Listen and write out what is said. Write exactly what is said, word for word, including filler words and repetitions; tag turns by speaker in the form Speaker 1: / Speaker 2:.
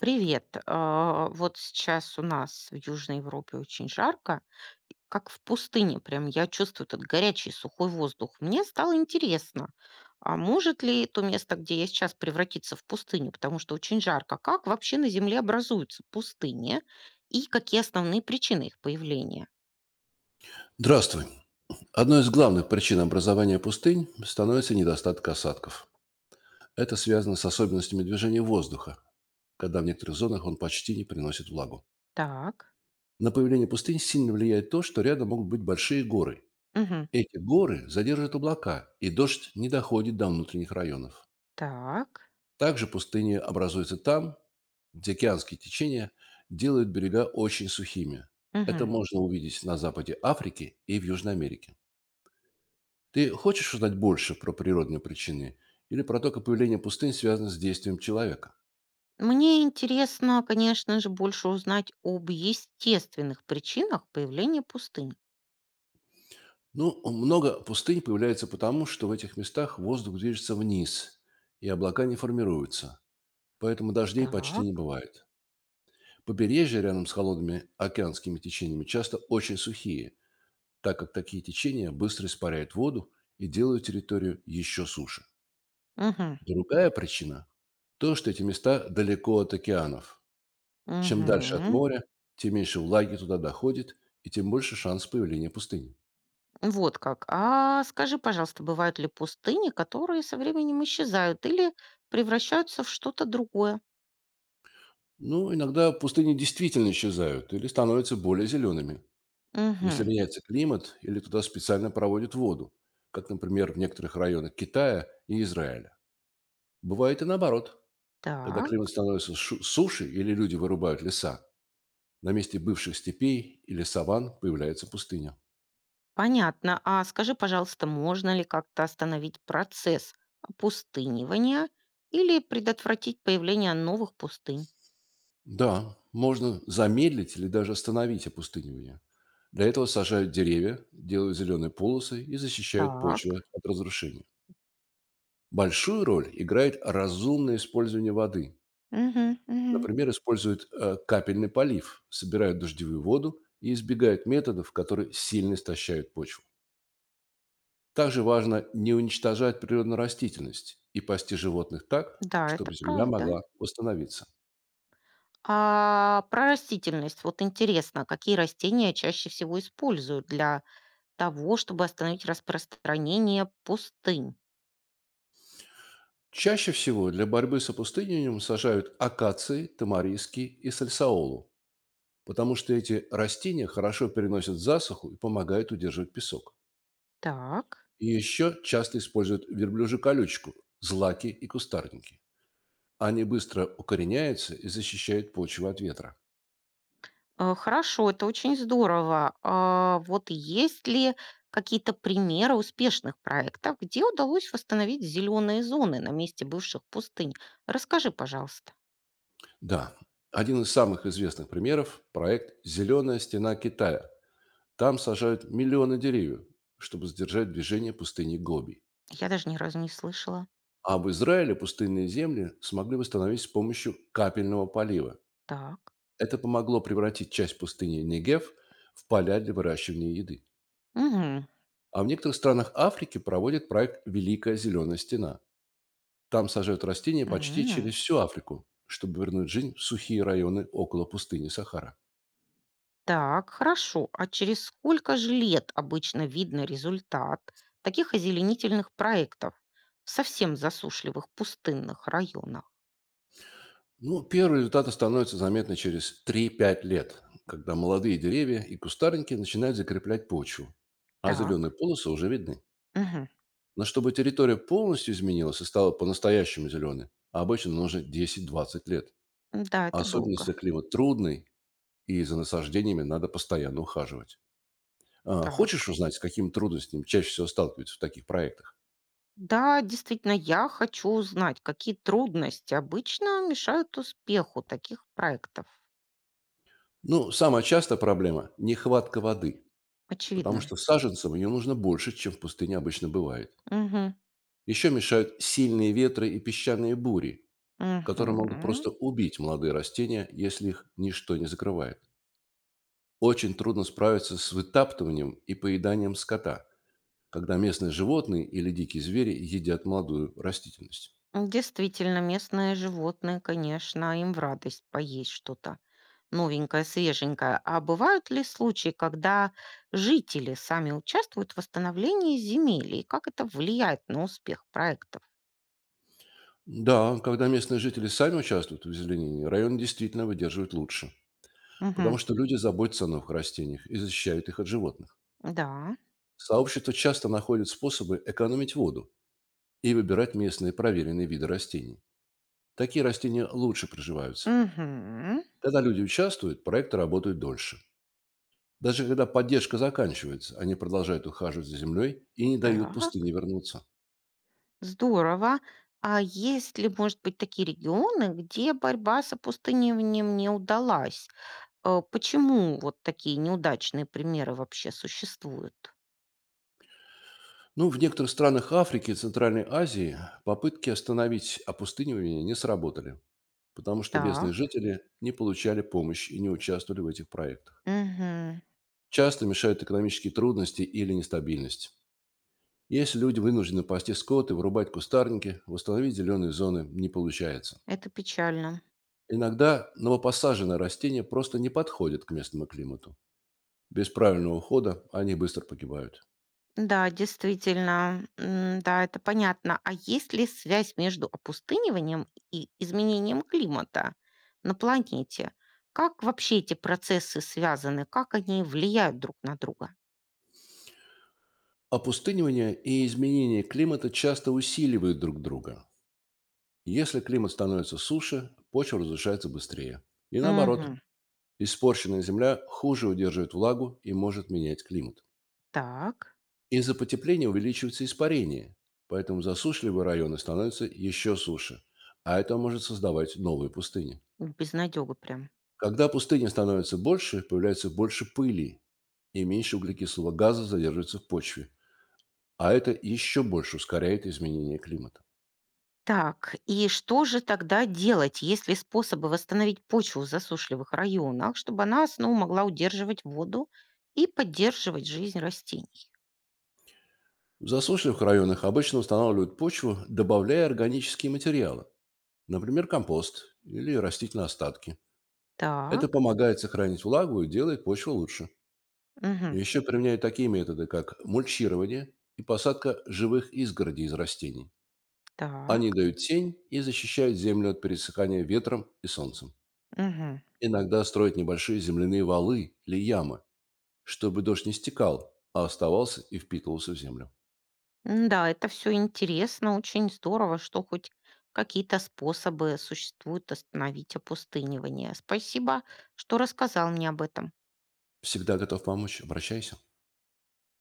Speaker 1: Привет. А, Вот сейчас у нас в Южной Европе очень жарко, и как в пустыне. Прям я чувствую этот горячий сухой воздух. Мне стало интересно, а может ли то место, где я сейчас, превратиться в пустыню, потому что очень жарко. Как вообще на Земле образуются пустыни и какие основные причины их появления?
Speaker 2: Здравствуй. Одной из главных причин образования пустынь становится недостаток осадков. Это связано с особенностями движения воздуха, когда в некоторых зонах он почти не приносит влагу.
Speaker 1: Так.
Speaker 2: На появление пустынь сильно влияет то, что рядом могут быть большие горы.
Speaker 1: Мгм.
Speaker 2: Эти горы задерживают облака, и дождь не доходит до внутренних районов.
Speaker 1: Так.
Speaker 2: Также пустыни образуются там, где океанские течения делают берега очень сухими. Это
Speaker 1: Мгм.
Speaker 2: можно увидеть на западе Африки и в Южной Америке. Ты хочешь узнать больше про природные причины или про то, как появление пустынь связано с действием человека?
Speaker 1: Мне интересно, конечно же, больше узнать об естественных причинах появления пустынь.
Speaker 2: Ну, много пустынь появляется потому, что в этих местах воздух движется вниз, и облака не формируются, поэтому дождей почти
Speaker 1: Так.
Speaker 2: не бывает. Побережья рядом с холодными океанскими течениями часто очень сухие, так как такие течения быстро испаряют воду и делают территорию еще суше.
Speaker 1: Мгм.
Speaker 2: Другая причина– то, что эти места далеко от океанов. Чем дальше от
Speaker 1: Мгм.
Speaker 2: моря, тем меньше влаги туда доходит и тем больше шанс появления пустыни.
Speaker 1: Вот как. А скажи, пожалуйста, бывают ли пустыни, которые со временем исчезают или превращаются в что-то другое?
Speaker 2: Ну, иногда пустыни действительно исчезают или становятся более зелеными, если
Speaker 1: Мгм.
Speaker 2: меняется климат или туда специально проводят воду, как, например, в некоторых районах Китая и Израиля. Бывает и наоборот, когда
Speaker 1: Так,
Speaker 2: климат становится шу- суше или люди вырубают леса, на месте бывших степей или саван появляется пустыня.
Speaker 1: понятно. А скажи, пожалуйста, можно ли как-то остановить процесс опустынивания или предотвратить появление новых пустынь?
Speaker 2: Да, можно замедлить или даже остановить опустынивание. Для этого сажают деревья, делают зеленые полосы и защищают почву
Speaker 1: Так.
Speaker 2: от разрушения. Большую роль играет разумное использование воды.
Speaker 1: Мгм. Мгм.
Speaker 2: Например, используют э, капельный полив, собирают дождевую воду и избегают методов, которые сильно истощают почву. Также важно не уничтожать природную растительность и пасти животных так,
Speaker 1: Да, это
Speaker 2: чтобы земля
Speaker 1: правда.
Speaker 2: могла восстановиться.
Speaker 1: А про растительность, вот интересно, какие растения чаще всего используют для того, чтобы остановить распространение пустынь.
Speaker 2: Чаще всего для борьбы с опустыниванием сажают акации, тамариски и сальсаолу, потому что эти растения хорошо переносят засуху и помогают удерживать песок.
Speaker 1: Так.
Speaker 2: И еще часто используют верблюжью колючку, злаки и кустарники. Они быстро укореняются и защищают почву от ветра.
Speaker 1: Э, Хорошо, это очень здорово. А вот есть ли какие-то примеры успешных проектов, где удалось восстановить зеленые зоны на месте бывших пустынь? Расскажи, пожалуйста.
Speaker 2: Да, один из самых известных примеров– проект «Зеленая стена Китая». Там сажают миллионы деревьев, чтобы сдержать движение пустыни Гоби.
Speaker 1: Я даже ни разу не слышала.
Speaker 2: А в Израиле пустынные земли смогли восстановить с помощью капельного полива.
Speaker 1: Так.
Speaker 2: Это помогло превратить часть пустыни Негев в поля для выращивания еды.
Speaker 1: Мгм.
Speaker 2: А в некоторых странах Африки проводят проект «Великая зеленая стена». Там сажают растения почти
Speaker 1: М.
Speaker 2: через всю Африку, чтобы вернуть жизнь в сухие районы около пустыни Сахара.
Speaker 1: Так, хорошо. А через сколько же лет обычно видно результат таких озеленительных проектов в совсем засушливых пустынных районах?
Speaker 2: Ну, первые результаты становятся заметны через три-пять лет, когда молодые деревья и кустарники начинают закреплять почву, а зеленые
Speaker 1: Так.
Speaker 2: полосы уже видны.
Speaker 1: Мгм.
Speaker 2: Но чтобы территория полностью изменилась и стала по-настоящему зеленой, обычно нужно десять-двадцать лет.
Speaker 1: Да, это
Speaker 2: Особенно,
Speaker 1: долго.
Speaker 2: если климат трудный, и за насаждениями надо постоянно ухаживать. А, Хочешь
Speaker 1: Так.
Speaker 2: узнать, с какими трудностями чаще всего сталкиваются в таких проектах?
Speaker 1: Да, действительно, я хочу узнать, какие трудности обычно мешают успеху таких проектов.
Speaker 2: Ну, самая частая проблема– нехватка воды, потому
Speaker 1: Очевидно.
Speaker 2: что саженцам ее нужно больше, чем в пустыне обычно бывает.
Speaker 1: Мгм.
Speaker 2: Еще мешают сильные ветры и песчаные бури, которые могут
Speaker 1: Мгм.
Speaker 2: просто убить молодые растения, если их ничто не закрывает. Очень трудно справиться с вытаптыванием и поеданием скота, когда местные животные или дикие звери едят молодую растительность.
Speaker 1: Действительно, местные животные, конечно, им в радость поесть что-то новенькое, свеженькое. А бывают ли случаи, когда жители сами участвуют в восстановлении земель, и как это влияет на успех проектов?
Speaker 2: Да, когда местные жители сами участвуют в озеленении, район действительно выдерживает лучше, потому
Speaker 1: Мгм.
Speaker 2: что люди заботятся о новых растениях и защищают их от животных.
Speaker 1: Да.
Speaker 2: Сообщество часто находит способы экономить воду и выбирать местные проверенные виды растений. Такие растения лучше проживаются.
Speaker 1: Угу.
Speaker 2: Когда люди участвуют, проекты работают дольше. Даже когда поддержка заканчивается, они продолжают ухаживать за землей и не дают
Speaker 1: Так,
Speaker 2: пустыне вернуться.
Speaker 1: здорово. А есть ли, может быть, такие регионы, где борьба с опустыниванием не удалась? Э, Почему вот такие неудачные примеры вообще существуют?
Speaker 2: Ну, в некоторых странах Африки и Центральной Азии попытки остановить опустынивание не сработали, потому что местные
Speaker 1: Так,
Speaker 2: жители не получали помощь и не участвовали в этих проектах.
Speaker 1: мгм.
Speaker 2: Часто мешают экономические трудности или нестабильность. Если люди вынуждены пасти скот и вырубать кустарники, восстановить зеленые зоны не получается.
Speaker 1: Это печально.
Speaker 2: Иногда новопосаженное растение просто не подходит к местному климату. Без правильного ухода они быстро погибают.
Speaker 1: Да, действительно, м, да, это понятно. А есть ли связь между опустыниванием и изменением климата на планете? Как вообще эти процессы связаны? Как они влияют друг на друга?
Speaker 2: Опустынивание и изменение климата часто усиливают друг друга. Если климат становится суше, почва разрушается быстрее. И наоборот,
Speaker 1: Мгм.
Speaker 2: испорченная земля хуже удерживает влагу и может менять климат.
Speaker 1: Так,
Speaker 2: Из-за потепления увеличивается испарение, поэтому засушливые районы становятся еще суше, а это может создавать новые пустыни.
Speaker 1: безнадёга прям.
Speaker 2: Когда пустыни становятся больше, появляется больше пыли и меньше углекислого газа задерживается в почве, а это еще больше ускоряет изменение климата.
Speaker 1: Так, и что же тогда делать? Если способы восстановить почву в засушливых районах, чтобы она снова могла удерживать воду и поддерживать жизнь растений?
Speaker 2: В засушливых районах обычно устанавливают почву, добавляя органические материалы, например, компост или растительные остатки. Это
Speaker 1: Так.
Speaker 2: помогает сохранить влагу и делает почву лучше.
Speaker 1: Мгм.
Speaker 2: Еще применяют такие методы, как мульчирование и посадка живых изгородей из растений. Они
Speaker 1: Так.
Speaker 2: дают тень и защищают землю от пересыхания ветром и солнцем.
Speaker 1: Мгм.
Speaker 2: Иногда строят небольшие земляные валы или ямы, чтобы дождь не стекал, а оставался и впитывался в землю.
Speaker 1: Да, это все интересно, очень здорово, что хоть какие-то способы существуют остановить опустынивание. Спасибо, что рассказал мне об этом.
Speaker 2: Всегда готов помочь, обращайся.